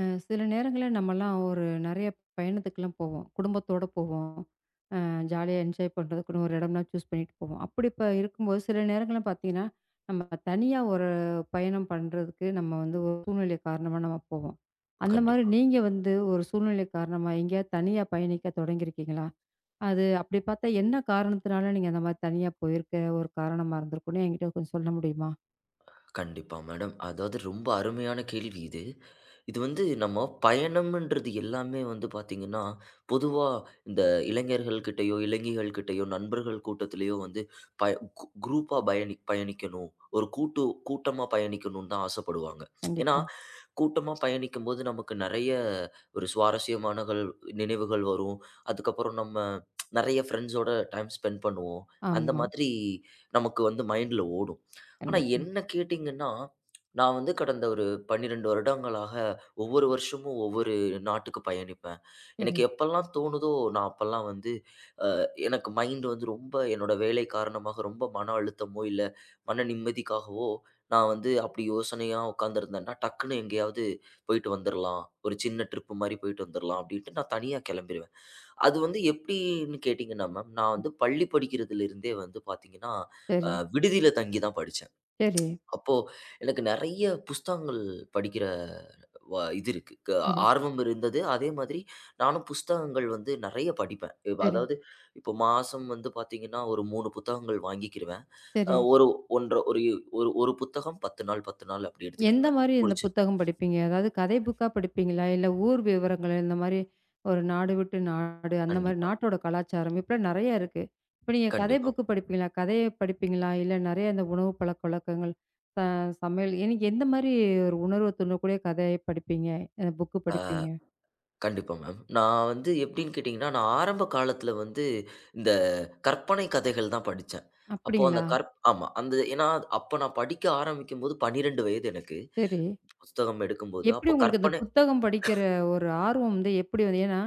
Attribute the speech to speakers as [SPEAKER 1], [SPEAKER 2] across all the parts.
[SPEAKER 1] அ சில நேரங்கள்ல நம்மலாம் ஒரு நெறைய பயணத்துக்குலாம் போவோம். குடும்பத்தோட போவோம். அ ஜாலியா என்ஜாய் பண்றதுக்குன்னு ஒரு இடம்லாம் சூஸ் பண்ணிட்டு போவோம். அப்படி இப்ப இருக்கும்போது சில நேரங்கள்ல பார்த்தீங்கன்னா, நம்ம தனியா ஒரு பயணம் பண்றதுக்கு நம்ம வந்து ஒரு சூழ்நிலை காரணமா நம்ம போவோம். அந்த மாரி
[SPEAKER 2] கண்டிப்பா,
[SPEAKER 1] நீங்க வந்து ஒரு சூழ்நிலை காரணமா எங்கேயாவது தனியா பயணிக்க தொடங்கியிருக்கீங்களா? அது அப்படி பார்த்தா என்ன காரணத்தினால நீங்க அந்த மாரி தனியா போயிருக்க ஒரு காரணமா இருந்திருக்கும்னு என்கிட்ட கொஞ்சம் சொல்ல முடியுமா?
[SPEAKER 2] கண்டிப்பா மேடம். அதாவது ரொம்ப அருமையான கேள்வி இது. இது வந்து நம்ம பயணம்ன்றது எல்லாமே வந்து பார்த்தீங்கன்னா, பொதுவா இந்த இளைஞர்கள்கிட்டயோ, இளைஞிகள் கிட்டயோ, நண்பர்கள் கூட்டத்திலயோ வந்து பய கு குரூப்பா பயணிக்கணும். ஒரு கூட்டமா பயணிக்கணும்னு தான் ஆசைப்படுவாங்க. ஏன்னா,
[SPEAKER 1] கண்டிப்பா.
[SPEAKER 2] கூட்டமா பயணிக்கும்போது நமக்கு நெறைய ஒரு நினைவுகள் வரும். அதுக்கப்புறம் நம்ம நெறைய ஃப்ரெண்ட்ஸோட டைம் ஸ்பெண்ட் பண்ணுவோம். அந்த
[SPEAKER 1] ஆமா.
[SPEAKER 2] மாதிரி நமக்கு வந்து மைண்ட்ல ஓடும். ஆனா
[SPEAKER 1] கண்டிப்பா.
[SPEAKER 2] என்ன கேட்டீங்கன்னா, நான் வந்து கடந்த ஒரு 12 வருடங்களாக ஒவ்வொரு வருஷமும் ஒவ்வொரு நாட்டுக்கு பயணிப்பேன்.
[SPEAKER 1] சரி,
[SPEAKER 2] எனக்கு எப்பல்லாம் தோணுதோ, நான் அப்பல்லாம் வந்து எனக்கு மைண்ட் வந்து ரொம்ப என்னோட வேலை காரணமாக ரொம்ப மன அழுத்தமோ, இல்ல மன நிம்மதிக்காகவோ, நான் வந்து அப்படி யோசனையா உட்காந்துருந்தேன்னா, டக்குனு எங்கேயாவது போயிட்டு வந்துரலாம். ஒரு சின்ன ட்ரிப் மாரி போயிட்டு வந்துரலாம் அப்படின்ட்டு நான் தனியா கிளம்பிருவேன். அது வந்து எப்படின்னு கேட்டீங்கன்னா மேம், நான் வந்து பள்ளி படிக்கிறதிலிருந்தே வந்து பார்த்தீங்கன்னா, அ
[SPEAKER 1] சரி,
[SPEAKER 2] விடுதியில தங்கி தான் படிச்சேன்.
[SPEAKER 1] சரி,
[SPEAKER 2] அப்போ எனக்கு நெறைய புஸ்தகங்கள் படிக்கிற வ இது இருக்கு. க
[SPEAKER 1] சரி,
[SPEAKER 2] ஆர்வம் இருந்தது. அதே மாதிரி நானும் புஸ்தகங்கள் வந்து நெறைய படிப்பேன்.
[SPEAKER 1] சரி.
[SPEAKER 2] அதாவது இப்போ மாசம் வந்து பார்த்தீங்கன்னா, ஒரு 3 புத்தகங்கள் வாங்கிக்கிருவேன். அ
[SPEAKER 1] சரி.
[SPEAKER 2] ஒரு 1 1/2 ஒரு ஒரு ஒரு புத்தகம் 10 நாள் அப்படி
[SPEAKER 1] எந்த
[SPEAKER 2] எடுத்துக்கிருவேன்.
[SPEAKER 1] மாரி இந்த
[SPEAKER 2] முடிச்சு
[SPEAKER 1] புத்தகம் படிப்பீங்க? அதாவது கதை புக்கா படிப்பீங்களா? இல்ல ஊர் விவரங்கள் இந்த மாரி ஒரு நாடு விட்டு நாடு அந்த மாரி
[SPEAKER 2] கண்டிப்பா,
[SPEAKER 1] நாட்டோட கலாச்சாரம் இப்படிலாம் நெறையா இருக்கு. இப்ப நீங்க கதை
[SPEAKER 2] கண்டிப்பா.
[SPEAKER 1] புக்கு படிப்பீங்களா? கதைய படிப்பீங்களா? இல்ல நெறைய இந்த உணவு பழக்கவழக்கங்கள், ச சமையல் எனக்கு எந்த மாரி ஒரு உணர்வு தூண்டக்கூடிய கதைய படிப்பீங்க? புக்கு படிப்பீங்க?
[SPEAKER 2] கண்டிப்பா மேம். நான் வந்து எப்படின்னு கேட்டீங்கன்னா, நான் ஆரம்ப காலத்தில வந்து இந்த கற்பனை கதைகள் தான் படிச்சேன். அப்போ அந்த
[SPEAKER 1] அப்படிங்களா?
[SPEAKER 2] கற் ஆமா. ஏன்னா அப்ப நான் படிக்க ஆரம்பிக்கும்போது 12 வயது எனக்கு.
[SPEAKER 1] சரி.
[SPEAKER 2] புஸ்தகம் எடுக்கும்போது,
[SPEAKER 1] எப்படி
[SPEAKER 2] அப்போ
[SPEAKER 1] உங்களுக்கு இந்த
[SPEAKER 2] கற்பனை
[SPEAKER 1] புத்தகம் படிக்கிற ஒரு ஆர்வம் வந்து எப்படி வந்து ஏன்னா,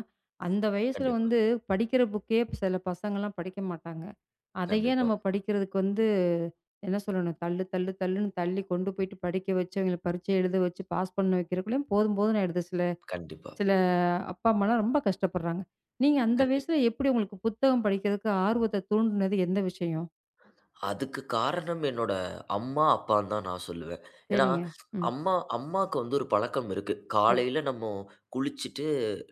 [SPEAKER 1] அந்த வயசுல
[SPEAKER 2] கண்டிப்பா,
[SPEAKER 1] வந்து படிக்கிற புக்கே சில பசங்கலாம் படிக்க மாட்டாங்க. அதையே
[SPEAKER 2] கண்டிப்பா,
[SPEAKER 1] நம்ம படிக்கிறதுக்கு வந்து என்ன சொல்லணும்? தள்ளு, தள்ளு, தள்ளுன்னு தள்ளி கொண்டு போயிட்டு படிக்க வச்சு, அவங்கள பரீட்சை எழுத வச்சு பாஸ் பண்ண வைக்கிறக்குள்ளயும் போதும் போதும்ன்னு ஆயிடுது. சில
[SPEAKER 2] கண்டிப்பா,
[SPEAKER 1] சில அப்பா, அம்மாலாம் ரொம்ப கஷ்டப்படுறாங்க. நீங்க அந்த
[SPEAKER 2] கண்டிப்பா.
[SPEAKER 1] வயசுல எப்படி உங்களுக்கு புத்தகம் படிக்கிறதுக்கு ஆர்வத்த தூண்டுனது எந்த விஷயம்?
[SPEAKER 2] அதுக்கு காரணம் என்னோட அம்மா, அப்பான்னு தான் நான் சொல்லுவேன். ஏன்னா,
[SPEAKER 1] சரிங்க. ம்.
[SPEAKER 2] அம்மா அம்மாக்கு வந்து ஒரு பழக்கம் இருக்கு.
[SPEAKER 1] சரி,
[SPEAKER 2] காலையில நம்ம குளிச்சுட்டு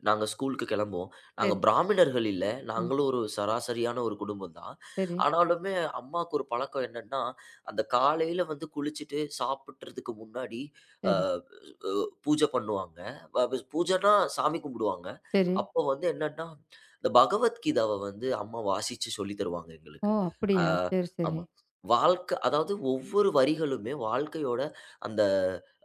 [SPEAKER 2] நாங்க ஸ்கூலுக்கு கிளம்புவோம். நாங்க
[SPEAKER 1] சரி.
[SPEAKER 2] பிராமணர்கள் இல்ல.
[SPEAKER 1] ம்.
[SPEAKER 2] நாங்களும் ஒரு சராசரியான ஒரு குடும்பம் தான்.
[SPEAKER 1] சரி,
[SPEAKER 2] ஆனாலுமே அம்மாக்கு ஒரு பழக்கம் என்னன்னா, அந்த காலையில வந்து குளிச்சுட்டு சாப்பிட்றதுக்கு முன்னாடி அ
[SPEAKER 1] சரி,
[SPEAKER 2] அ பூஜை பண்ணுவாங்க. வ வ பூஜைன்னா சாமி கும்பிடுவாங்க.
[SPEAKER 1] சரி.
[SPEAKER 2] அப்போ வந்து என்னன்னா, இந்த பகவத்கீதாவ வந்து அம்மா வாசிச்சு சொல்லி தருவாங்க
[SPEAKER 1] ஓ!
[SPEAKER 2] எங்களுக்கு. அ
[SPEAKER 1] அப்படியா? சரி, சரி,
[SPEAKER 2] ஆமா. அதாவது ஒவ்வொரு வரிகளுமே வாழ்க்கையோட அந்த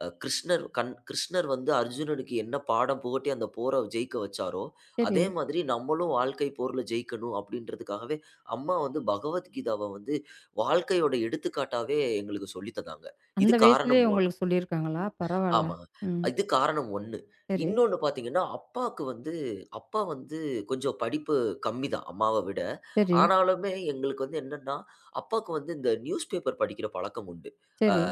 [SPEAKER 2] கிருஷ்ணர் வந்து அர்ஜுனனுக்கு என்ன பாடம் புகட்டி அந்த போரை ஜெயிக்க வச்சாரோ
[SPEAKER 1] சரி.
[SPEAKER 2] அதே மாதிரி நம்மளும் வாழ்க்கை போர்ல ஜெயிக்கணும் அப்படின்றதுக்காகவே அம்மா வந்து பகவத்கீதாவை வந்து வாழ்க்கையோட எடுத்துக்காட்டாவே எங்களுக்கு சொல்லித் தந்தாங்க.
[SPEAKER 1] அந்த
[SPEAKER 2] இது
[SPEAKER 1] வயசுலயே
[SPEAKER 2] காரணம்
[SPEAKER 1] உங்களுக்கு சொல்லியிருக்காங்களா? பரவால்ல.
[SPEAKER 2] ஆமா.
[SPEAKER 1] ம்.
[SPEAKER 2] இது காரணம் 1.
[SPEAKER 1] சரி,
[SPEAKER 2] இன்னொன்னு பார்த்தீங்கன்னா, அப்பா வந்து கொஞ்சம் படிப்பு கம்மி தான் அம்மாவ விட.
[SPEAKER 1] சரி,
[SPEAKER 2] ஆனாலுமே எங்களுக்கு வந்து என்னன்னா, அப்பாக்கு வந்து இந்த நியூஸ் பேப்பர் படிக்கிற பழக்கம் உண்டு. அ
[SPEAKER 1] சரி.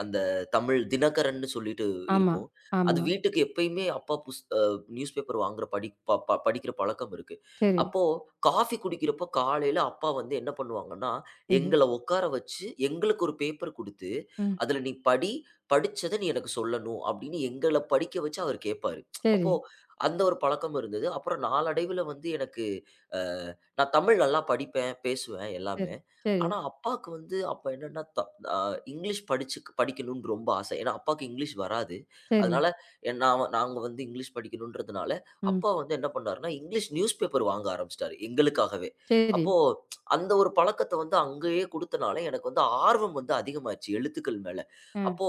[SPEAKER 2] அந்த தமிழ் தினகரன்னு சொல்லிட்டு
[SPEAKER 1] ஆமா,
[SPEAKER 2] இருக்கும். அது
[SPEAKER 1] ஆமா.
[SPEAKER 2] வீட்டுக்கு எப்பயுமே அப்பா புஸ் அ நியூஸ் பேப்பர் வாங்குற படி ப ப படிக்கிற பழக்கம் இருக்கு.
[SPEAKER 1] சரி,
[SPEAKER 2] அப்போ காஃபி குடிக்கிறப்போ காலையில அப்பா வந்து என்ன பண்ணுவாங்கன்னா,
[SPEAKER 1] சரி.
[SPEAKER 2] எங்கள உட்கார வச்சு எங்களுக்கு ஒரு பேப்பர் குடுத்து,
[SPEAKER 1] ம்.
[SPEAKER 2] "அதுல நீ படி. படிச்சத நீ எனக்கு சொல்லணும்" அப்படின்னு எங்கள படிக்க வச்சு அவர் கேட்பாரு.
[SPEAKER 1] சரி.
[SPEAKER 2] அப்போ அந்த ஒரு பழக்கம் இருந்தது. அப்புறம் நாளடைவுல வந்து எனக்கு அ நான் தமிழ் நல்லா படிப்பேன், பேசுவேன்
[SPEAKER 1] சரி,
[SPEAKER 2] எல்லாமே.
[SPEAKER 1] சரி,
[SPEAKER 2] ஆனா அப்பாக்கு வந்து அப்ப என்னன்னா, த அ இங்கிலீஷ் படிச்சு படிக்கணும்னு ரொம்ப ஆசை. ஏன்னா அப்பாக்கு இங்கிலீஷ் வராது.
[SPEAKER 1] சரி.
[SPEAKER 2] அதனால நாங்க வந்து இங்கிலீஷ் படிக்கணும்ன்றதுனால,
[SPEAKER 1] ம்.
[SPEAKER 2] அப்பா வந்து என்ன பண்ணாருன்னா, இங்கிலீஷ் நியூஸ் பேப்பர் வாங்க ஆரம்பிச்சுட்டாரு எங்களுக்காகவே.
[SPEAKER 1] சரி.
[SPEAKER 2] அப்போ அந்த ஒரு பழக்கத்த வந்து அங்கேயே குடுத்தனால எனக்கு வந்து ஆர்வம் வந்து அதிகமாச்சு எழுத்துக்கள் மேல.
[SPEAKER 1] அ.
[SPEAKER 2] அப்ப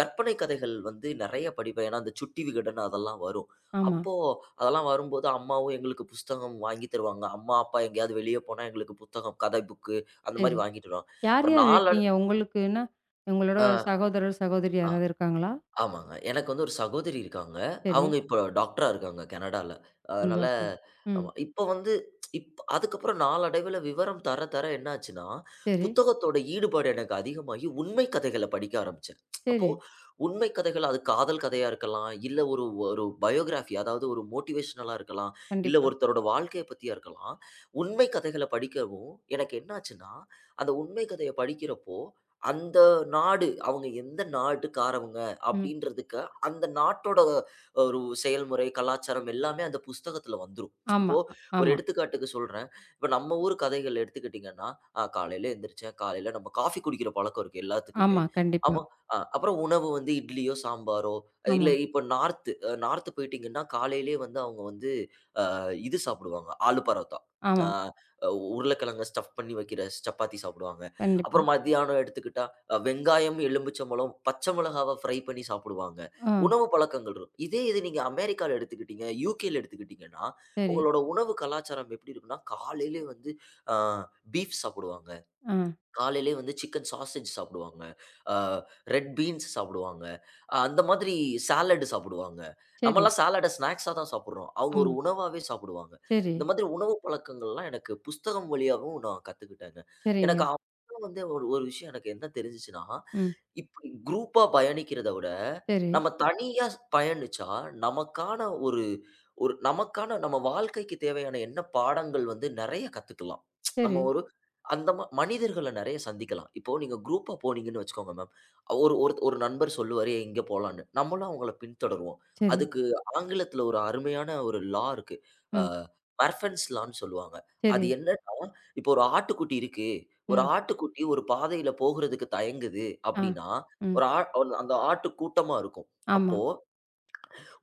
[SPEAKER 2] கற்பனை கதைகள் வந்து நெறைய படிப்பேன். ஏன்னா, அந்த சுட்டி விகடன் அதெல்லாம் வரும்.
[SPEAKER 1] ஆமா.
[SPEAKER 2] அப்போ அதெல்லாம் வரும்போது அம்மாவும் எங்களுக்கு புஸ்தகம் வாங்கி தருவாங்க. அம்மா, அப்பா எங்கேயாவது வெளிய போனா எங்களுக்கு புத்தகம், கதை புக்கு அந்த மாரி
[SPEAKER 1] சரி.
[SPEAKER 2] வாங்கிட்டு வருவாங்க.
[SPEAKER 1] யார்
[SPEAKER 2] அப்புறம்
[SPEAKER 1] யார்
[SPEAKER 2] நாளட
[SPEAKER 1] இருக்கீங்க? உங்களுக்குன்னா, உங்களோட
[SPEAKER 2] அ,
[SPEAKER 1] சகோதரர், சகோதரி
[SPEAKER 2] அ.
[SPEAKER 1] யாராவது இருக்காங்களா?
[SPEAKER 2] ஆமாங்க. எனக்கு வந்து ஒரு சகோதரி இருக்காங்க.
[SPEAKER 1] சரி.
[SPEAKER 2] அவங்க இப்போ டாக்டரா இருக்காங்க கனடால. அதனால
[SPEAKER 1] சந்தோஷம். ம்.
[SPEAKER 2] ஆமா. இப்ப வந்து அதுக்கப்புறம் நாளடைவில விவரம் தர, தர என்னாச்சுன்னா,
[SPEAKER 1] சரி,
[SPEAKER 2] புத்தகத்தோட ஈடுபாடு எனக்கு அதிகமாகி உண்மை கதைகள படிக்க ஆரம்பிச்சேன். அப்போ
[SPEAKER 1] சரி.
[SPEAKER 2] உண்மை கதைகள் அது காதல் கதையா இருக்கலாம், இல்ல ஒரு ஒரு பயோகிராஃபி அதாவது ஒரு மோட்டிவேஷனலா இருக்கலாம், இல்ல
[SPEAKER 1] கண்டிப்பா.
[SPEAKER 2] ஒருத்தரோட வாழ்க்கைய பத்தியா இருக்கலாம். உண்மை கதைகள படிக்கவும் எனக்கு என்னாச்சுன்னா, அந்த உண்மை கதைய படிக்கிறப்போ, அந்த நாடு அவங்க எந்த நாட்டுக்காரவங்க
[SPEAKER 1] ம்.
[SPEAKER 2] அப்படின்றதுக்கு அந்த நாட்டோட ஒரு செயல்முறை, கலாச்சாரம் எல்லாமே அந்த புஸ்தகத்துல வந்துரும்.
[SPEAKER 1] ஆமா,
[SPEAKER 2] இப்போ ஒரு
[SPEAKER 1] ஆமா,
[SPEAKER 2] எடுத்துக்காட்டுக்கு சொல்றேன். இப்ப நம்ம ஊர் கதைகள் எடுத்துக்கிட்டீங்கன்னா, காலையில எந்திரிச்சேன், காலையில நம்ம காஃபி குடிக்கிற பழக்கம் இருக்கு எல்லாத்துக்குமே.
[SPEAKER 1] ஆமா. கண்டிப்பா.
[SPEAKER 2] அப்போ அப்புறம் உணவு வந்து இட்லியோ, சாம்பாரோ,
[SPEAKER 1] ஆமா,
[SPEAKER 2] இல்ல இப்ப நார்த் நார்த் போயிட்டீங்கன்னா, காலையிலேயே வந்து அவங்க வந்து இது சாப்பிடுவாங்க. ஆலு பரோட்டா. ஆ
[SPEAKER 1] ஆமா.
[SPEAKER 2] உருளைக்கிழங்க ஸ்டஃப் பண்ணி வைக்கிற சப்பாத்தி சாப்பிடுவாங்க.
[SPEAKER 1] கண்டிப்பா.
[SPEAKER 2] அப்புறம் மத்தியானம் எடுத்துக்கிட்டா, வெங்காயம், எலுமிச்சம்பழம், பச்சை மிளகாவ ஃப்ரை பண்ணி சாப்பிடுவாங்க.
[SPEAKER 1] ஆ.
[SPEAKER 2] உணவு பழக்கங்கள் இருக்கும். இதே இது நீங்க அமெரிக்கால எடுத்துக்கிட்டீங்க, யுகேல எடுத்துக்கிட்டீங்கன்னா,
[SPEAKER 1] சரி.
[SPEAKER 2] உங்களோட உணவு கலாச்சாரம் எப்படி இருக்கும்னா, காலையிலே வந்து ஆ பீஃப் சாப்பிடுவாங்க.
[SPEAKER 1] ஆ.
[SPEAKER 2] காலையிலே வந்து சிக்கன் சாசேஜ் சாப்பிடுவாங்க. அ ரெட் பீன்ஸ் சாப்பிடுவாங்க. அந்த மாதிரி சாலட் சாப்பிடுவாங்க.
[SPEAKER 1] சரி.
[SPEAKER 2] நம்மலாம் சாலட ஸ்நாக்ஸா தான் சாப்பிடுறோம். அவங்க ஒரு
[SPEAKER 1] ஆமா.
[SPEAKER 2] உணவாவே சாப்பிடுவாங்க.
[SPEAKER 1] சரி.
[SPEAKER 2] இந்த மாதிரி உணவு பழக்கங்கள்லாம் எனக்கு புஸ்தகம் வழியாவும் நான் கத்துக்கிட்டேங்க.
[SPEAKER 1] சரிங்க.
[SPEAKER 2] எனக்கு அப்பதான் வந்து ஒரு ஒரு விஷயம் எனக்கு என்ன தெரிஞ்சுச்சுன்னா,
[SPEAKER 1] ம்.
[SPEAKER 2] இப்படி குரூப்பா பயணிக்கிறத விட,
[SPEAKER 1] சரி,
[SPEAKER 2] நம்ம தனியா பயணிச்சா நமக்கான ஒரு ஒரு நமக்கான நம்ம வாழ்க்கைக்கு தேவையான என்ன பாடங்கள் வந்து நெறைய கத்துக்கலாம்.
[SPEAKER 1] சரி,
[SPEAKER 2] நம்ம ஒரு அந்த மா மனிதர்கள நெறைய சந்திக்கலாம். இப்போ நீங்க குரூப்பா போனீங்கன்னு வச்சுக்கோங்க மேம். ஒரு ஒரு ஒரு நண்பர் சொல்லுவாரு எங்க போலான்னு. நம்மளும் அவங்கள பின்தொடருவோம்.
[SPEAKER 1] சரி.
[SPEAKER 2] அதுக்கு ஆங்கிலத்துல ஒரு அருமையான ஒரு லா இருக்கு. அ
[SPEAKER 1] ம்.
[SPEAKER 2] பர்ஃபென்ஸ் லான்னு சொல்லுவாங்க. அது
[SPEAKER 1] சரி.
[SPEAKER 2] என்னன்னா, இப்போ ஒரு ஆட்டுக்குட்டி இருக்கு. ஒரு
[SPEAKER 1] ம்.
[SPEAKER 2] ஆட்டுக்குட்டி ஒரு பாதையில போகுறதுக்கு தயங்குது
[SPEAKER 1] ஆ.
[SPEAKER 2] அப்படின்னா,
[SPEAKER 1] ம்.
[SPEAKER 2] ஒரு ஆ அந்த அந்த ஆட்டு கூட்டமா இருக்கும்.
[SPEAKER 1] ஆமா.
[SPEAKER 2] அப்போ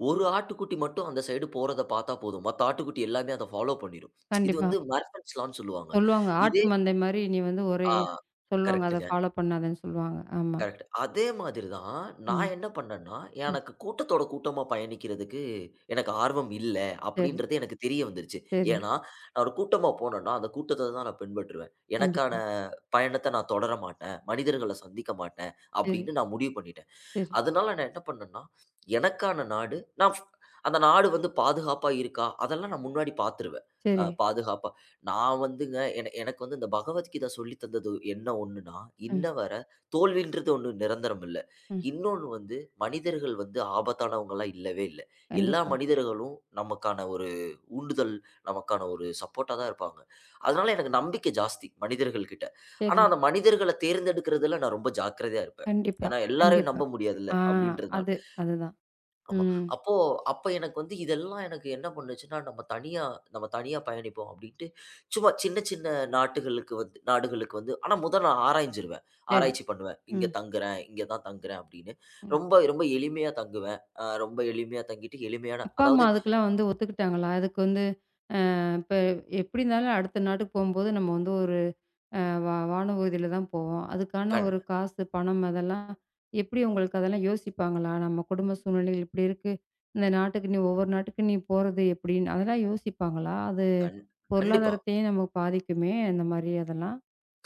[SPEAKER 2] ஒரு ஆட்டுக்குட்டி மட்டும் அந்த சைடு போறத பார்த்தா போதும். மத்த ஆட்டுக்குட்டி எல்லாமே அத ஃபாலோ பண்ணிரும். இது
[SPEAKER 1] கண்டிப்பா.
[SPEAKER 2] வந்து மர்ஃபென்ஸ் லான்னு சொல்லுவாங்க.
[SPEAKER 1] சொல்லுவாங்க. ஆட்டு
[SPEAKER 2] இதே
[SPEAKER 1] மந்தை மாரி நீ வந்து ஒரே
[SPEAKER 2] ஆ
[SPEAKER 1] சொல்லுவாங்க. அத
[SPEAKER 2] கரெக்ட்டுங்க.
[SPEAKER 1] ஃபாலோ பண்ணாதன்னு சொல்லுவாங்க. ஆமா.
[SPEAKER 2] கரெக்ட். அதே மாதிரி தான் நான்
[SPEAKER 1] ம்,
[SPEAKER 2] என்ன பண்ணேன்னா,
[SPEAKER 1] ம்.
[SPEAKER 2] எனக்கு கூட்டத்தோட கூட்டமா பயணிக்கிறதுக்கு எனக்கு ஆர்வம் இல்ல
[SPEAKER 1] சரி,
[SPEAKER 2] அப்படின்றது எனக்கு தெரிய வந்துருச்சு.
[SPEAKER 1] சரி.
[SPEAKER 2] ஏன்னா, நான் ஒரு கூட்டமா போனேன்னா, அந்த கூட்டத்த தான் நான் பின்பற்றுவேன். எனக்கான
[SPEAKER 1] கண்டிப்பா.
[SPEAKER 2] பயணத்த நான் தொடர மாட்டேன். மனிதர்கள சந்திக்க மாட்டேன்
[SPEAKER 1] சரி,
[SPEAKER 2] அப்படின்னு நான் முடிவு பண்ணிட்டேன்.
[SPEAKER 1] சரி,
[SPEAKER 2] அதனால நான் என்ன பண்ணேன்னா, எனக்கான நாடு நான் ஃப் அந்த நாடு வந்து பாதுகாப்பா இருக்கா? அதெல்லாம் நான் முன்னாடி பார்த்துருவேன்.
[SPEAKER 1] சரி.
[SPEAKER 2] பாதுகாப்பா நான் வந்துங்க என எனக்கு வந்து இந்த பகவத்கீதா சொல்லி தந்தது என்ன ஒண்ணுன்னா, இன்ன
[SPEAKER 1] ம்,
[SPEAKER 2] வர தோல்வின்றது ஒண்ணு நிரந்தரம் இல்ல.
[SPEAKER 1] ம்.
[SPEAKER 2] இன்னொன்னு வந்து மனிதர்கள் வந்து ஆபத்தானவங்களா இல்லவே இல்ல. எல்லா
[SPEAKER 1] கண்டிப்பா.
[SPEAKER 2] மனிதர்களும் நமக்கான ஒரு ஊண்டுதல் நமக்கான ஒரு சப்போர்ட்டா தான் இருப்பாங்க. அதனால எனக்கு நம்பிக்கை ஜாஸ்தி மனிதர்கள் கிட்ட. ஆனா
[SPEAKER 1] சரி.
[SPEAKER 2] அந்த மனிதர்கள தேர்ந்தெடுக்கிறதுல நான் ரொம்ப ஜாக்கிரதையா இருப்பேன்.
[SPEAKER 1] கண்டிப்பா,
[SPEAKER 2] ஏன்னா எல்லாரையும்
[SPEAKER 1] கண்டிப்பா.
[SPEAKER 2] நம்ப முடியாதுல்ல
[SPEAKER 1] ஆ
[SPEAKER 2] அப்படின்றதுனால.
[SPEAKER 1] அது, அதுதான்.
[SPEAKER 2] ஆமா.
[SPEAKER 1] ம்.
[SPEAKER 2] அப்போ அப்ப எனக்கு வந்து இதெல்லாம் எனக்கு என்ன பண்ணுச்சுன்னா, நம்ம தனியா பயணிப்போம் அப்படின்ட்டு சும்மா சின்ன சின்ன நாட்டுகளுக்கு வந்து நாடுகளுக்கு வந்து ஆனா முதல் நான் ஆராய்ஞ்சிருவேன்.
[SPEAKER 1] சரி.
[SPEAKER 2] ஆராய்ச்சி பண்ணுவேன். இங்க
[SPEAKER 1] ம்,
[SPEAKER 2] தங்குறேன், இங்க தான் தங்குறேன் அப்படின்னு.
[SPEAKER 1] ம்.
[SPEAKER 2] ரொம்ப ரொம்ப எளிமையா தங்குவேன். ரொம்ப எளிமையா தங்கிட்டு எளிமையான
[SPEAKER 1] அப்பா, அம்மா
[SPEAKER 2] அதாவது
[SPEAKER 1] அதுக்கெல்லாம் வந்து ஒத்துக்கிட்டாங்களா? அதுக்கு வந்து இப்ப எப்படி இருந்தாலும் அடுத்த நாட்டுக்கு போம்போது நம்ம வந்து ஒரு அ வா வானூர்தியில தான் போவோம். அதுக்கான
[SPEAKER 2] கண்
[SPEAKER 1] ஒரு காசு, பணம் அதெல்லாம் எப்படி உங்களுக்கு அதெல்லாம் யோசிப்பாங்களா? நம்ம குடும்ப சூழ்நிலைகள் இப்படி இருக்கு. இந்த நாட்டுக்கு நீ ஒவ்வொரு நாட்டுக்கு நீ போறது எப்படின்னு அதெல்லாம் யோசிப்பாங்களா? அது
[SPEAKER 2] கண் கண்டிப்பா.
[SPEAKER 1] பொருளாதாரத்தையும் நமக்கு பாதிக்குமே! அந்த மாரி அதெல்லாம்.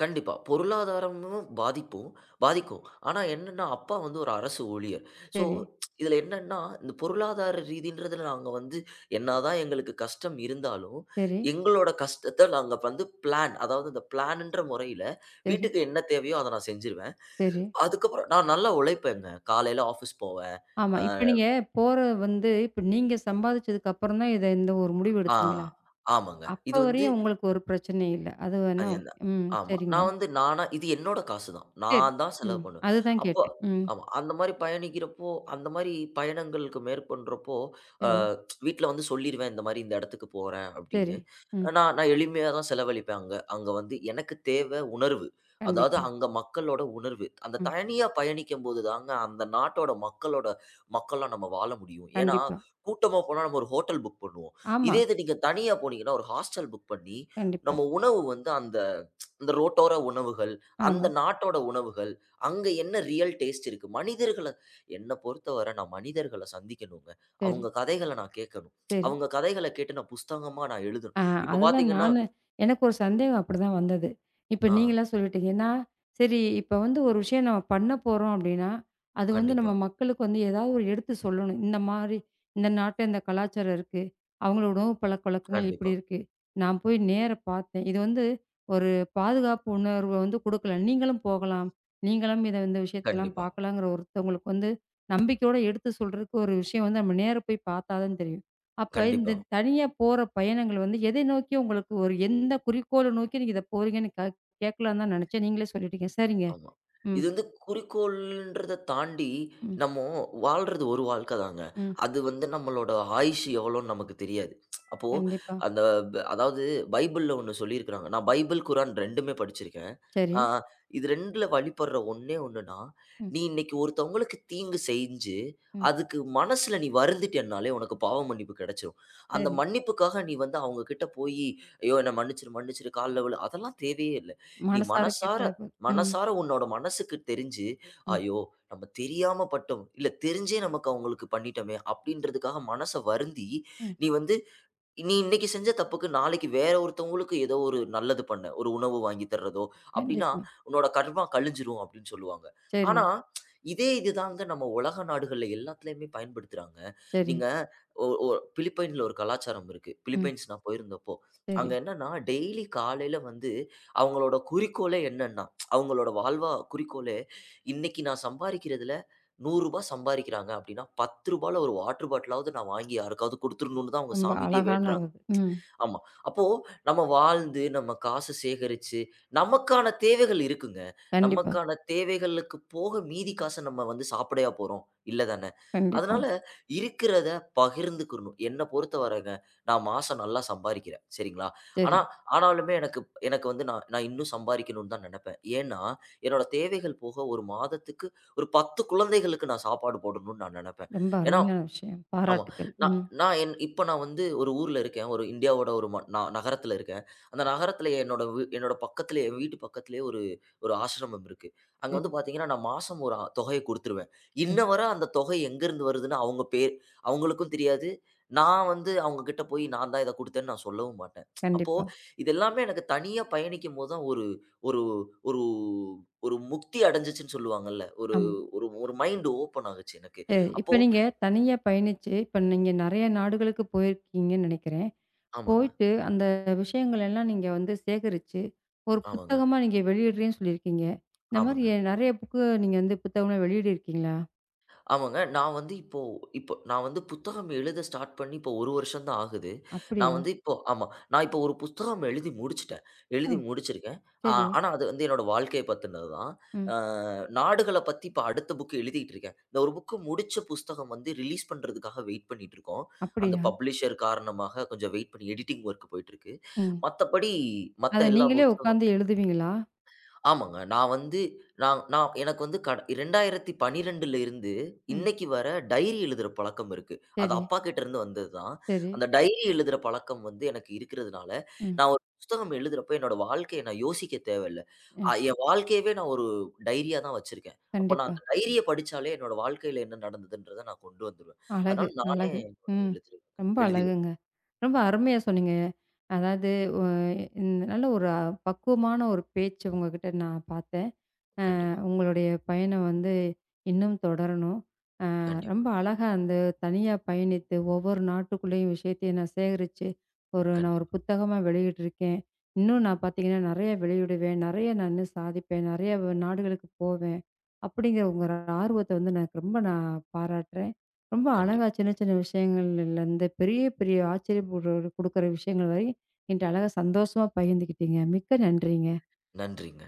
[SPEAKER 2] கண்டிப்பா. பொருளாதாரமும் பாதிக்கும். ஆனா என்னன்னா, அப்பா வந்து ஒரு அரசு ஊழியர். ஸோ
[SPEAKER 1] சரி,
[SPEAKER 2] இதுல என்னன்னா, இந்த பொருளாதார ரீதின்றதுல நாங்க வந்து என்னதான் எங்களுக்கு கஷ்டம் இருந்தாலும்,
[SPEAKER 1] சரி,
[SPEAKER 2] எங்களோட கஷ்டத்த நாங்க வந்து பிளான் அதாவது இந்த பிளான்ன்ற முறையில
[SPEAKER 1] சரி,
[SPEAKER 2] வீட்டுக்கு என்ன தேவையோ அத நான் செஞ்சுருவேன்.
[SPEAKER 1] சரி.
[SPEAKER 2] அதுக்கப்புறம் நான் நல்லா உழைப்பேங்க. காலையில ஆஃபீஸ் போவேன்.
[SPEAKER 1] ஆமா.
[SPEAKER 2] அ
[SPEAKER 1] இப்ப நீங்க போற வந்து இப்ப நீங்க சம்பாதிச்சதுக்கு அப்புறம் தான் இத இந்த ஒரு முடிவு
[SPEAKER 2] ஆ
[SPEAKER 1] எடுத்தீங்களா?
[SPEAKER 2] ஆமாங்க.
[SPEAKER 1] அப்ப
[SPEAKER 2] இது வந்து
[SPEAKER 1] வரையும் உங்களுக்கு ஒரு பிரச்சனை இல்ல. அது வேணா
[SPEAKER 2] அது
[SPEAKER 1] ஓகே.
[SPEAKER 2] என்ன
[SPEAKER 1] ம்.
[SPEAKER 2] ஆமா.
[SPEAKER 1] சரிங்க.
[SPEAKER 2] நான் வந்து நானா இது என்னோட காசு தான்.
[SPEAKER 1] சரி.
[SPEAKER 2] நான் தான் செலவு
[SPEAKER 1] ம்.
[SPEAKER 2] பண்ணுவேன்.
[SPEAKER 1] அதுதான்
[SPEAKER 2] அப்போ
[SPEAKER 1] கேட்டேன். ம்.
[SPEAKER 2] ஆமா. அந்த மாரி பயணிக்கிறப்போ, அந்த மாரி பயணங்களுக்கு மேற்கொள்றப்போ, அ
[SPEAKER 1] சரி,
[SPEAKER 2] வீட்ல வந்து சொல்லிருவேன், இந்த மாரி இந்த இடத்துக்கு போறேன்
[SPEAKER 1] சரி.
[SPEAKER 2] அப்படின்னு.
[SPEAKER 1] ம்.
[SPEAKER 2] நான் நான் எளிமையா தான் செலவழிப்பேன் அங்க. அங்க வந்து எனக்கு தேவை உணர்வு. அதாவது
[SPEAKER 1] கண்டிப்பா.
[SPEAKER 2] அங்க மக்களோட உணர்வு. அந்த
[SPEAKER 1] ம்.
[SPEAKER 2] தனியா பயணிக்கும்போது தாங்க அந்த நாட்டோட மக்களோட மக்களா நம்ம வாழ முடியும். ஏன்னா,
[SPEAKER 1] கண்டிப்பா.
[SPEAKER 2] கூட்டமா போனா நம்ம ஒரு ஹோட்டல் புக் பண்ணுவோம்.
[SPEAKER 1] ஆமா.
[SPEAKER 2] இதே இது நீங்க தனியா போனீங்கன்னா, ஒரு ஹாஸ்டல் புக் பண்ணி,
[SPEAKER 1] கண்டிப்பா.
[SPEAKER 2] நம்ம உணவு வந்து அந்த அந்த ரோட்டோர உணவுகள்,
[SPEAKER 1] ஆமா.
[SPEAKER 2] அந்த நாட்டோட உணவுகள், அங்க என்ன ரியல் டேஸ்ட் இருக்கு? மனிதர்கள என்ன பொறுத்தவரை நான் மனிதர்கள சந்திக்கணுங்க.
[SPEAKER 1] சரி,
[SPEAKER 2] அவங்க கதைகள நான் கேட்கணும்.
[SPEAKER 1] சரி.
[SPEAKER 2] அவங்க கதைகள கேட்டு நான் புஸ்தகமா எழுதணும்.
[SPEAKER 1] ஆ
[SPEAKER 2] இப்ப
[SPEAKER 1] அதுதான்
[SPEAKER 2] பார்த்தீங்கன்னா
[SPEAKER 1] நானு எனக்கு ஒரு சந்தேகம் அப்படிதான் வந்தது. இப்ப
[SPEAKER 2] ஆ.
[SPEAKER 1] நீங்களா சொல்லிட்டீங்க. சரி இப்ப வந்து ஒரு விஷயம் நம்ம பண்ண போறோம் அப்படின்னா, அது வந்து நம்ம
[SPEAKER 2] கண்டிப்பா,
[SPEAKER 1] மக்களுக்கு வந்து ஏதாவது ஒரு எடுத்து சொல்லணும். இந்த மாரி இந்த நாட்ல இந்த கலாச்சாரம் இருக்கு. அவங்களோட உணவு பழக்கவழக்கங்கள் இப்படி
[SPEAKER 2] கண்டிப்பா,
[SPEAKER 1] இருக்கு. நான் போய் நேர பார்த்தேன். இது வந்து ஒரு பாதுகாப்பு உணர்வ வந்து குடுக்கல. நீங்களும் போகலாம். நீங்களும் இத இந்த விஷயத்தலாம்
[SPEAKER 2] கண்டிப்பா,
[SPEAKER 1] பார்க்கலாங்கிற ஒருத்தவங்களுக்கு வந்து நம்பிக்கையோட எடுத்து சொல்றதுக்கு ஒரு விஷயம் வந்து நம்ம நேர போய் பார்த்தா தான் தெரியும். அப்ப இந்த
[SPEAKER 2] கண்டிப்பா.
[SPEAKER 1] தனியா போற பயணங்கள் வந்து எதை நோக்கி உங்களுக்கு ஒரு எந்த குறிக்கோள நோக்கி நீங்க இத போறீங்கன்னு கேட்கலான்னு தான் நினைச்சேன். நீங்களே சொல்லிட்டீங்க. சரிங்க.
[SPEAKER 2] ஆமா.
[SPEAKER 1] ம்,
[SPEAKER 2] இது வந்து குறிக்கோள்ன்றத தாண்டி,
[SPEAKER 1] ம்,
[SPEAKER 2] நம்ம வாழ்றது ஒரு வாழ்க்க தாங்க.
[SPEAKER 1] ம்.
[SPEAKER 2] அது வந்து நம்மளோட ஆயுசு எவ்வளோன்னு நமக்கு தெரியாது. அப்போ
[SPEAKER 1] கண்டிப்பா.
[SPEAKER 2] அந்த ப அதாவது பைபிள்ல ஒண்ணு சொல்லியிருக்கிறாங்க. நான் பைபிள், குரான் 2மே படிச்சிருக்கேன்.
[SPEAKER 1] சரி.
[SPEAKER 2] ஆ இது 2ல வழிபடுற ஒண்ணே ஒண்ணுன்னா,
[SPEAKER 1] ம்,
[SPEAKER 2] நீ இன்னைக்கு ஒருத்தவங்களுக்கு தீங்கு செஞ்சு,
[SPEAKER 1] ம்.
[SPEAKER 2] அதுக்கு மனசுல நீ வருந்திட்டேன்னாலே உனக்கு பாவ மன்னிப்பு கிடைச்சிரும். அந்த
[SPEAKER 1] சரி.
[SPEAKER 2] மன்னிப்புக்காக நீ வந்து அவங்க கிட்ட போயி, "ஐயோ! என்ன மன்னிச்சிரு, மன்னிச்சிரு, கால்ல விழு" அதெல்லாம் தேவையே இல்ல. நீ
[SPEAKER 1] மனசார கேட்டாலே
[SPEAKER 2] மனசார
[SPEAKER 1] போதும். ம்,
[SPEAKER 2] மனசார உன்னோட மனசுக்கு தெரிஞ்சு,
[SPEAKER 1] ம்,
[SPEAKER 2] "ஐயோ! நம்ம தெரியாம பட்டோம். இல்ல தெரிஞ்சே நமக்கு அவங்களுக்கு பண்ணிட்டோமே!" அப்படின்றதுக்காக மனச வருந்தி,
[SPEAKER 1] ம்.
[SPEAKER 2] நீ வந்து நீ இன்னைக்கு செஞ்ச தப்புக்கு நாளைக்கு வேற ஒருத்தவங்களுக்கு ஏதோ ஒரு நல்லது பண்ண, ஒரு உணவு வாங்கி தர்றதோ அப்படின்னா,
[SPEAKER 1] கண்டிப்பா.
[SPEAKER 2] உன்னோட கர்மா கழிஞ்சிரும் அப்படின்னு சொல்லுவாங்க.
[SPEAKER 1] சரி,
[SPEAKER 2] ஆனா, இதே இதுதாங்க நம்ம உலக நாடுகள்ல எல்லாத்துலயுமே பயன்படுத்துறாங்க.
[SPEAKER 1] சரி.
[SPEAKER 2] நீங்க ஒ ஒ பிலிப்பைன்ல ஒரு கலாச்சாரம் இருக்கு.
[SPEAKER 1] ம்.
[SPEAKER 2] பிலிப்பைன்ஸ் நான் போயிருந்தப்போ.
[SPEAKER 1] சரி.
[SPEAKER 2] அங்க என்னன்னா, டெய்லி காலையில வந்து அவங்களோட குறிக்கோளே என்னன்னா, அவங்களோட வாழ்வா குறிக்கோளே, "இன்னைக்கு நான் சம்பாரிக்கிறதுல ரூ. 100 சம்பாரிக்கிறாங்க அப்படின்னா, ரூ. 10ல ஒரு வாட்டர் பாட்டிலாவது நான் வாங்கி யாருக்காவது குடுத்துறணும்னு" தான் அவங்க
[SPEAKER 1] ரொம்ப
[SPEAKER 2] சாமிட்டயே
[SPEAKER 1] அழகான
[SPEAKER 2] வேண்டுறாங்க.
[SPEAKER 1] ஒரு ம்.
[SPEAKER 2] ஆமா. அப்போ நம்ம வாழ்ந்து, நம்ம காசு சேகரிச்சு, நமக்கான தேவைகள் இருக்குங்க.
[SPEAKER 1] கண்டிப்பா,
[SPEAKER 2] நமக்கான தேவைகளுக்கு போக மீதி காச நம்ம வந்து சாப்பிடயா போறோம்? இல்ல தானே!
[SPEAKER 1] கண்டிப்பா.
[SPEAKER 2] அதனால இருக்கிறத பகிர்ந்துக்கிறணும். என்ன பொறுத்தவரைங்க, நான் மாசம் நல்லா சம்பாரிக்கிறேன். சரிங்களா?
[SPEAKER 1] சரி.
[SPEAKER 2] ஆனா ஆனாலுமே எனக்கு எனக்கு வந்து நான் நான் இன்னும் சம்பாரிக்கணும்னு தான் நெனப்பேன். ஏன்னா, என்னோட தேவைகள் போக 1 மாதத்துக்கு ஒரு 10 குழந்தைகளுக்கு நான் சாப்பாடு போடணும்னு நான் நெனப்பேன்.
[SPEAKER 1] ரொம்ப
[SPEAKER 2] ஏன்னா,
[SPEAKER 1] அருமையான விஷயம்.
[SPEAKER 2] ஆமா.
[SPEAKER 1] பாராட்டுக்கள்.
[SPEAKER 2] நான்
[SPEAKER 1] ம்.
[SPEAKER 2] நான் என் இப்ப நான் வந்து ஒரு ஊர்ல இருக்கேன். ஒரு இந்தியாவோட ஒரு ம ந நகரத்துல இருக்கேன். அந்த நகரத்துல என்னோட பக்கத்திலே என் வீட்டு பக்கத்திலேயே ஒரு ஒரு ஆசிரமம் இருக்கு. அங்க
[SPEAKER 1] சரி,
[SPEAKER 2] வந்து பார்த்தீங்கன்னா, நான் மாசம் ஒரு அ தொகைய குடுத்துருவேன்.
[SPEAKER 1] சரி.
[SPEAKER 2] இன்ன வர அந்த தொகை எங்கருந்து வருதுன்னு அவங்க பேர் அவங்களுக்கும் தெரியாது. நான் வந்து அவங்க கிட்ட போய் நான் தான் இத குடுத்தேன்னு நான் சொல்லவும் மாட்டேன். அப்போ
[SPEAKER 1] கண்டிப்பா.
[SPEAKER 2] இது எல்லாமே எனக்கு தனியா பயணிக்கும்போது தான் ஒரு ஒரு ஒரு ஒரு முக்தி அடைஞ்சுச்சுன்னு சொல்லுவாங்கல்ல. ஒரு
[SPEAKER 1] ஆமா.
[SPEAKER 2] ஒரு ஒரு மைண்ட் ஓப்பன் ஆகுச்சு எனக்கு.
[SPEAKER 1] சரி.
[SPEAKER 2] அப்போ
[SPEAKER 1] இப்ப நீங்க தனியா பயணிச்சு, இப்ப நீங்க நெறைய நாடுகளுக்கு போயிருக்கீங்கன்னு நெனைக்கிறேன்.
[SPEAKER 2] ஆமாங்க,
[SPEAKER 1] போயிட்டு அந்த விஷயங்கள் எல்லாம் நீங்க வந்து சேகரிச்சு, ஒரு
[SPEAKER 2] ஆமாங்க.
[SPEAKER 1] புத்தகமா நீங்க வெளியிடுறேன்னு சொல்லியிருக்கீங்க. இந்த மாரி
[SPEAKER 2] ஆமாங்க.
[SPEAKER 1] நெறைய புக்கு நீங்க வந்து புத்தகமா வெளியிடிருக்கீங்களா?
[SPEAKER 2] ஆமாங்க. நான் வந்து இப்போ இப்போ நான் வந்து புத்தகம் எழுத ஸ்டார்ட் பண்ணி இப்போ 1 வருஷம் தான் ஆகுது. நான்
[SPEAKER 1] அப்படியா?
[SPEAKER 2] வந்து இப்போ ஆமா. நான் இப்போ ஒரு புத்தகம் எழுதி முடிச்சுட்டேன்.
[SPEAKER 1] ஆ
[SPEAKER 2] எழுதி முடிச்சிருக்கேன். ஆ
[SPEAKER 1] சரி.
[SPEAKER 2] ஆனா அது வந்து என்னோட வாழ்க்கைய பத்தினது தான்.
[SPEAKER 1] ம்.
[SPEAKER 2] ஆ நாடுகள பத்தி இப்போ அடுத்த புக் எழுதிட்டு இருக்கேன். இந்த ஒரு புக் முடிச்ச புஸ்தகம் வந்து ரிலீஸ் பண்றதுக்காக வெயிட் பண்ணிட்டு இருக்கோம். அந்த
[SPEAKER 1] அப்படியா?
[SPEAKER 2] பப்ளிஷர் காரணமாக கொஞ்சம் வெயிட் பண்ணி எடிட்டிங் வொர்க் போயிட்டு இருக்கு.
[SPEAKER 1] ம்.
[SPEAKER 2] மத்தபடி
[SPEAKER 1] அத
[SPEAKER 2] மத்த எல்லா
[SPEAKER 1] நீங்களே
[SPEAKER 2] புஸ்தகம்
[SPEAKER 1] உட்காந்து எழுதுவீங்களா?
[SPEAKER 2] ஆமாங்க. நான் வந்து நான் நான் எனக்கு வந்து 2012 இருந்து
[SPEAKER 1] ம்.
[SPEAKER 2] இன்னைக்கு வர டைரி எழுதுற பழக்கம் இருக்கு. அது
[SPEAKER 1] சரி,
[SPEAKER 2] அப்பா கிட்டருந்து வந்தது தான்.
[SPEAKER 1] சரி.
[SPEAKER 2] அந்த டைரி எழுதுற பழக்கம் வந்து எனக்கு இருக்கிறதுனால,
[SPEAKER 1] ம்.
[SPEAKER 2] நான் ஒரு புஸ்தகம் எழுதுறப்போ என்னோட வாழ்க்கைய நான் யோசிக்க தேவையில்ல.
[SPEAKER 1] ம்.
[SPEAKER 2] என் வாழ்க்கையவே நான் ஒரு டைரியா தான் வச்சிருக்கேன். அப்போ நான்
[SPEAKER 1] கண்டிப்பா.
[SPEAKER 2] அந்த டைரிய படிச்சாலே என்னோட வாழ்க்கையில என்ன நடந்ததுன்றத நான் கொண்டு வந்துருவேன்.
[SPEAKER 1] அழகு,
[SPEAKER 2] அதனால நானே
[SPEAKER 1] அழகு.
[SPEAKER 2] என்னோட
[SPEAKER 1] ம்.
[SPEAKER 2] எழுதி
[SPEAKER 1] ரொம்ப
[SPEAKER 2] எழுதி
[SPEAKER 1] அழகுங்க. ரொம்ப
[SPEAKER 2] கண்டிப்பா,
[SPEAKER 1] அருமையா சொன்னீங்க. அதாவது ஒ இந்த நல்ல ஒரு பக்குவமான ஒரு பேச்சு உங்ககிட்ட நான் பார்த்தேன்.
[SPEAKER 2] கண்டிப்பா,
[SPEAKER 1] உங்களுடைய பயணம் வந்து இன்னும் தொடரணும்.
[SPEAKER 2] கண்டிப்பா,
[SPEAKER 1] ரொம்ப அழகா அந்த தனியா பயணித்து ஒவ்வொரு நாட்டுக்குள்ளேயும் விஷயத்தையும் நான் சேகரிச்சு, ஒரு நான் ஒரு
[SPEAKER 2] கண்டிப்பா,
[SPEAKER 1] புத்தகமா வெளியிட்டிருக்கேன். இன்னும் நான் பார்த்தீங்கன்னா, நெறைய வெளியிடுவேன். நெறைய நான் இன்னும் சாதிப்பேன். நெறைய நாடுகளுக்கு போவேன். அப்படிங்கிற உங்க ஆர்வத்த வந்து எனக்கு ரொம்ப நான் பாராட்டுறேன். ரொம்ப அழகா
[SPEAKER 2] கண்டிப்பா.
[SPEAKER 1] சின்ன சின்ன விஷயங்கள்லருந்து பெரிய பெரிய ஆச்சரியம் குடுற குடுக்குற விஷயங்கள் வரை என்ட்ட அழகா சந்தோஷமா பகிர்ந்துக்கிட்டீங்க. மிக்க நன்றிங்க.
[SPEAKER 2] நன்றிங்க.